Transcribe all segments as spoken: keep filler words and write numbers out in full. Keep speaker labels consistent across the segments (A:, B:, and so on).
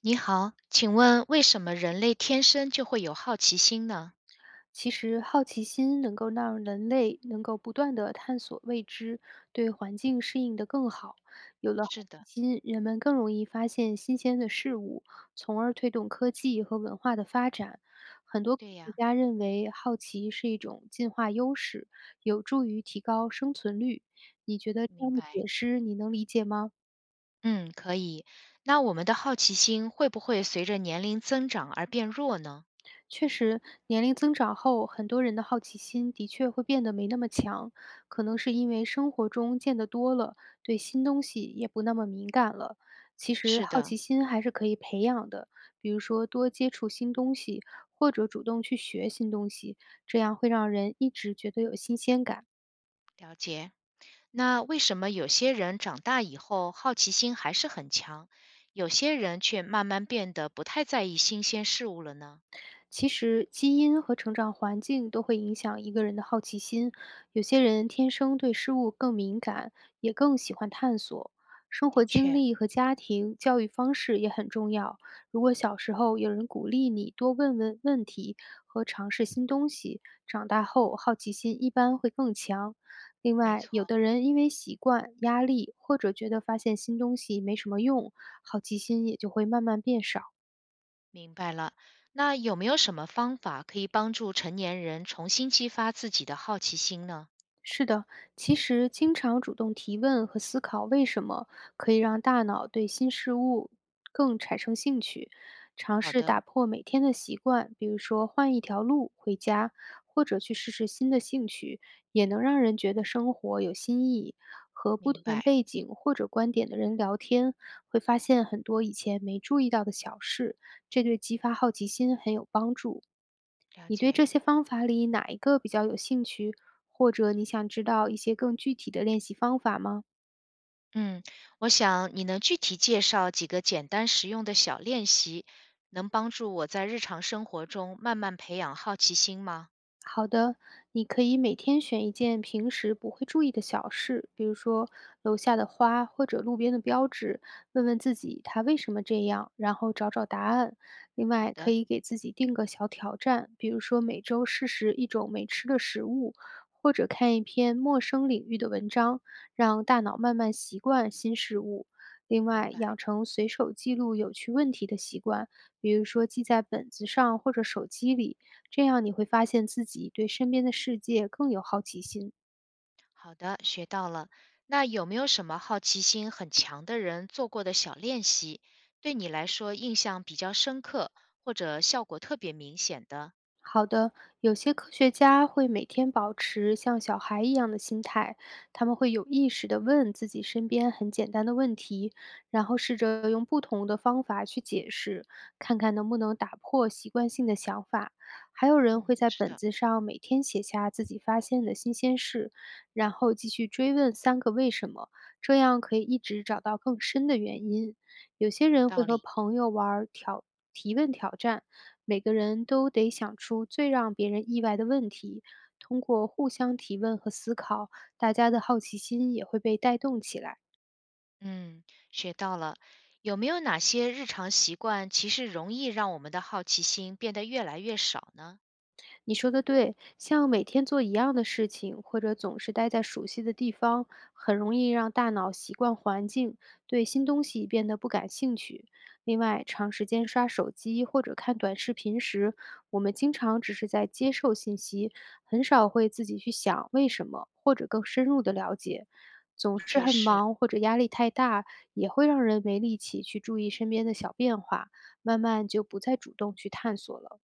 A: 你好，请问为什么人类天生就会有好奇心呢？
B: 其实，好奇心能够让人类能够不断地探索未知，对环境适应得更好。有了好
A: 是的，
B: 奇心，人们更容易发现新鲜的事物，从而推动科技和文化的发展。很多科
A: 对呀，
B: 学家认为，好奇是一种进化优势，有助于提高生存率。你觉得这
A: 明
B: 样的
A: 白。
B: 解释你能理解吗？
A: 嗯，可以。那我们的好奇心会不会随着年龄增长而变弱呢？
B: 确实，年龄增长后，很多人的好奇心的确会变得没那么强，可能是因为生活中见得多了，对新东西也不那么敏感了。其实，
A: 是
B: 好
A: 的，
B: 奇心还是可以培养的，比如说多接触新东西，或者主动去学新东西，这样会让人一直觉得有新鲜感。
A: 了解。那为什么有些人长大以后好奇心还是很强，有些人却慢慢变得不太在意新鲜事物了呢？
B: 其实，基因和成长环境都会影响一个人的好奇心。有些人天生对事物更敏感，也更喜欢探索。生
A: 的
B: 活经
A: 确，
B: 历和家庭教育方式也很重要。如果小时候有人鼓励你多问问问题和尝试新东西，长大后好奇心一般会更强。另
A: 没
B: 外，有
A: 错，
B: 的人因为习惯、压力或者觉得发现新东西没什么用，好奇心也就会慢慢变少。
A: 明白了。那有没有什么方法可以帮助成年人重新激发自己的好奇心呢？
B: 是的，其实经常主动提问和思考为什么，可以让大脑对新事物更产生兴趣。尝
A: 好
B: 试
A: 的，
B: 打破每天的习惯，比如说换一条路回家，或者去试试新的兴趣，也能让人觉得生活有新意。和不
A: 明
B: 同
A: 白，
B: 背景或者观点的人聊天，会发现很多以前没注意到的小事，这对激发好奇心很有帮助。
A: 了
B: 你对
A: 解。
B: 这些方法里哪一个比较有兴趣，或者你想知道一些更具体的练习方法吗？
A: 嗯，我想你能具体介绍几个简单实用的小练习，能帮助我在日常生活中慢慢培养好奇心吗？
B: 好的，你可以每天选一件平时不会注意的小事，比如说楼下的花或者路边的标志，问问自己它为什么这样，然后找找答案。另
A: 好
B: 外，可
A: 的，
B: 以给自己定个小挑战，比如说每周试食一种没吃的食物，或者看一篇陌生领域的文章，让大脑慢慢习惯新事物。另
A: 明
B: 外，养
A: 白。
B: 成随手记录有趣问题的习惯，比如说记在本子上或者手机里，这样你会发现自己对身边的世界更有好奇心。
A: 好的，学到了。那有没有什么好奇心很强的人做过的小练习，对你来说印象比较深刻，或者效果特别明显的？
B: 好的，有些科学家会每天保持像小孩一样的心态，他们会有意识地问自己身边很简单的问题，然后试着用不同的方法去解释，看看能不能打破习惯性的想法。还有人会
A: 嗯，
B: 在
A: 是
B: 本
A: 的，
B: 子上每天写下自己发现的新鲜事，然后继续追问三个为什么，这样可以一直找到更深的原因。有些
A: 有
B: 人
A: 道
B: 会和
A: 理。
B: 朋友玩儿挑提问挑战，每个人都得想出最让别人意外的问题。通过互相提问和思考，大家的好奇心也会被带动起来。
A: 嗯，学到了。有没有哪些日常习惯其实容易让我们的好奇心变得越来越少呢？
B: 你说的对，像每天做一样的事情，或者总是待在熟悉的地方，很容易让大脑习惯环境，对新东西变得不感兴趣。另外，长时间刷手机或者看短视频时，我们经常只是在接受信息，很少会自己去想为什么，或者更深入的了解。总
A: 的
B: 是
A: 确
B: 很
A: 是，
B: 忙或者压力太大，也会让人没力气去注意身边的小变化，慢慢就不再主动去探索了。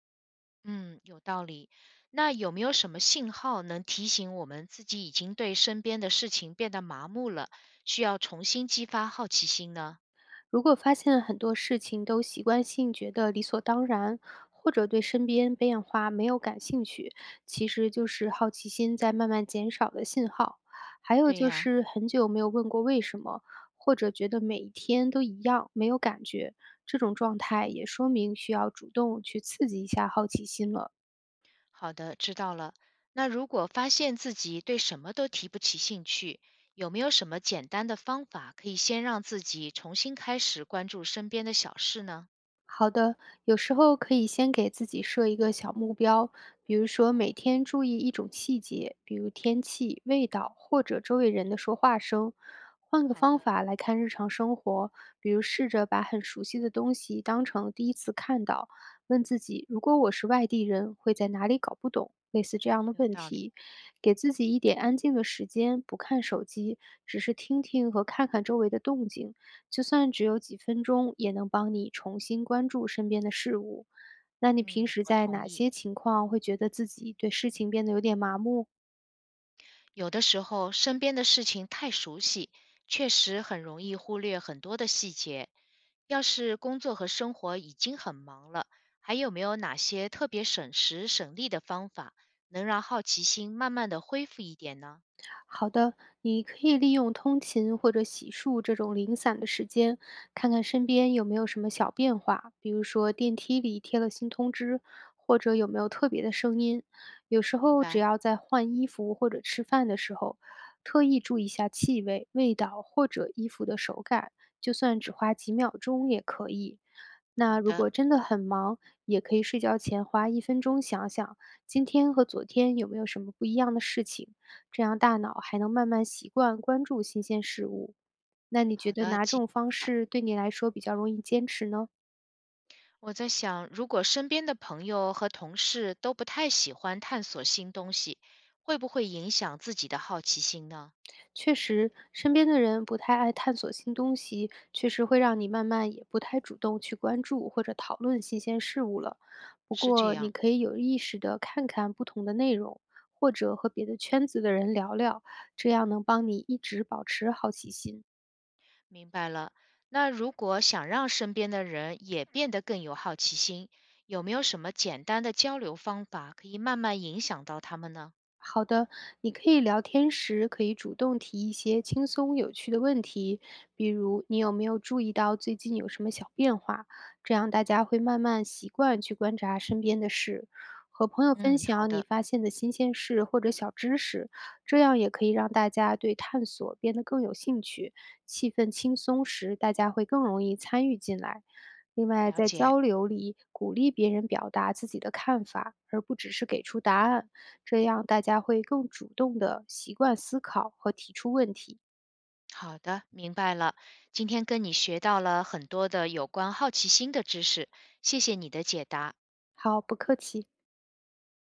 A: 嗯，有道理。那有没有什么信号能提醒我们自己已经对身边的事情变得麻木了，需要重新激发好奇心呢？
B: 如果发现很多事情都习惯性觉得理所当然，或者对身边变化没有感兴趣，其实就是好奇心在慢慢减少的信号。还有
A: 对
B: 就
A: 呀，
B: 是很久没有问过为什么，或者觉得每一天都一样，没有感觉，这种状态也说明需要主动去刺激一下好奇心了。
A: 好的，知道了。那如果发现自己对什么都提不起兴趣，有没有什么简单的方法可以先让自己重新开始关注身边的小事呢？
B: 好的，有时候可以先给自己设一个小目标，比如说每天注意一种细节，比如天气、味道或者周围人的说话声。换个
A: 好
B: 方
A: 的。
B: 法来看日常生活，比如试着把很熟悉的东西当成第一次看到，问自己：如果我是外地人，会在哪里搞不懂？类似这样的
A: 有
B: 问
A: 道理，
B: 题，给自己一点安静的时间，不看手机，只是听听和看看周围的动静。就算只有几分钟，也能帮你重新关注身边的事物。那你平
A: 嗯，
B: 时
A: 我
B: 在
A: 同
B: 哪
A: 意。
B: 些情况会觉得自己对事情变得有点麻木？
A: 有的时候身边的事情太熟悉，确实很容易忽略很多的细节。要是工作和生活已经很忙了，还有没有哪些特别省时省力的方法，能让好奇心慢慢的恢复一点呢？
B: 好的，你可以利用通勤或者洗漱这种零散的时间，看看身边有没有什么小变化，比如说电梯里贴了新通知，或者有没有特别的声音。有时
A: 明
B: 候只
A: 白。
B: 要在换衣服或者吃饭的时候，特意注意一下气味、味道或者衣服的手感，就算只花几秒钟也可以。
A: 好
B: 那如
A: 的，
B: 果真的很忙，也可以睡觉前花一分钟想想今天和昨天有没有什么不一样的事情。这样大脑还能慢慢习惯关注新鲜事物。那你觉
A: 好
B: 得
A: 的。
B: 哪
A: 记
B: 种方式对你来说比较容易坚持呢？
A: 我在想，如果身边的朋友和同事都不太喜欢探索新东西，会不会影响自己的好奇心呢？
B: 确实，身边的人不太爱探索新东西，确实会让你慢慢也不太主动去关注或者讨论新鲜事物了。不
A: 是这
B: 过，你
A: 样。
B: 可以有意识的看看不同的内容，或者和别的圈子的人聊聊，这样能帮你一直保持好奇心。
A: 明白了。那如果想让身边的人也变得更有好奇心，有没有什么简单的交流方法可以慢慢影响到他们呢？
B: 好的，你可以聊天时可以主动提一些轻松有趣的问题，比如你有没有注意到最近有什么小变化？这样大家会慢慢习惯去观察身边的事，和朋友分
A: 嗯，好
B: 享你
A: 的，
B: 发现的新鲜事或者小知识，这样也可以让大家对探索变得更有兴趣。气氛轻松时，大家会更容易参与进来。另外，
A: 了
B: 在
A: 解。
B: 交流里鼓励别人表达自己的看法，而不只是给出答案。这样大家会更主动的习惯思考和提出问题。
A: 好的，明白了。今天跟你学到了很多的有关好奇心的知识，谢谢你的解答。
B: 好，不客气。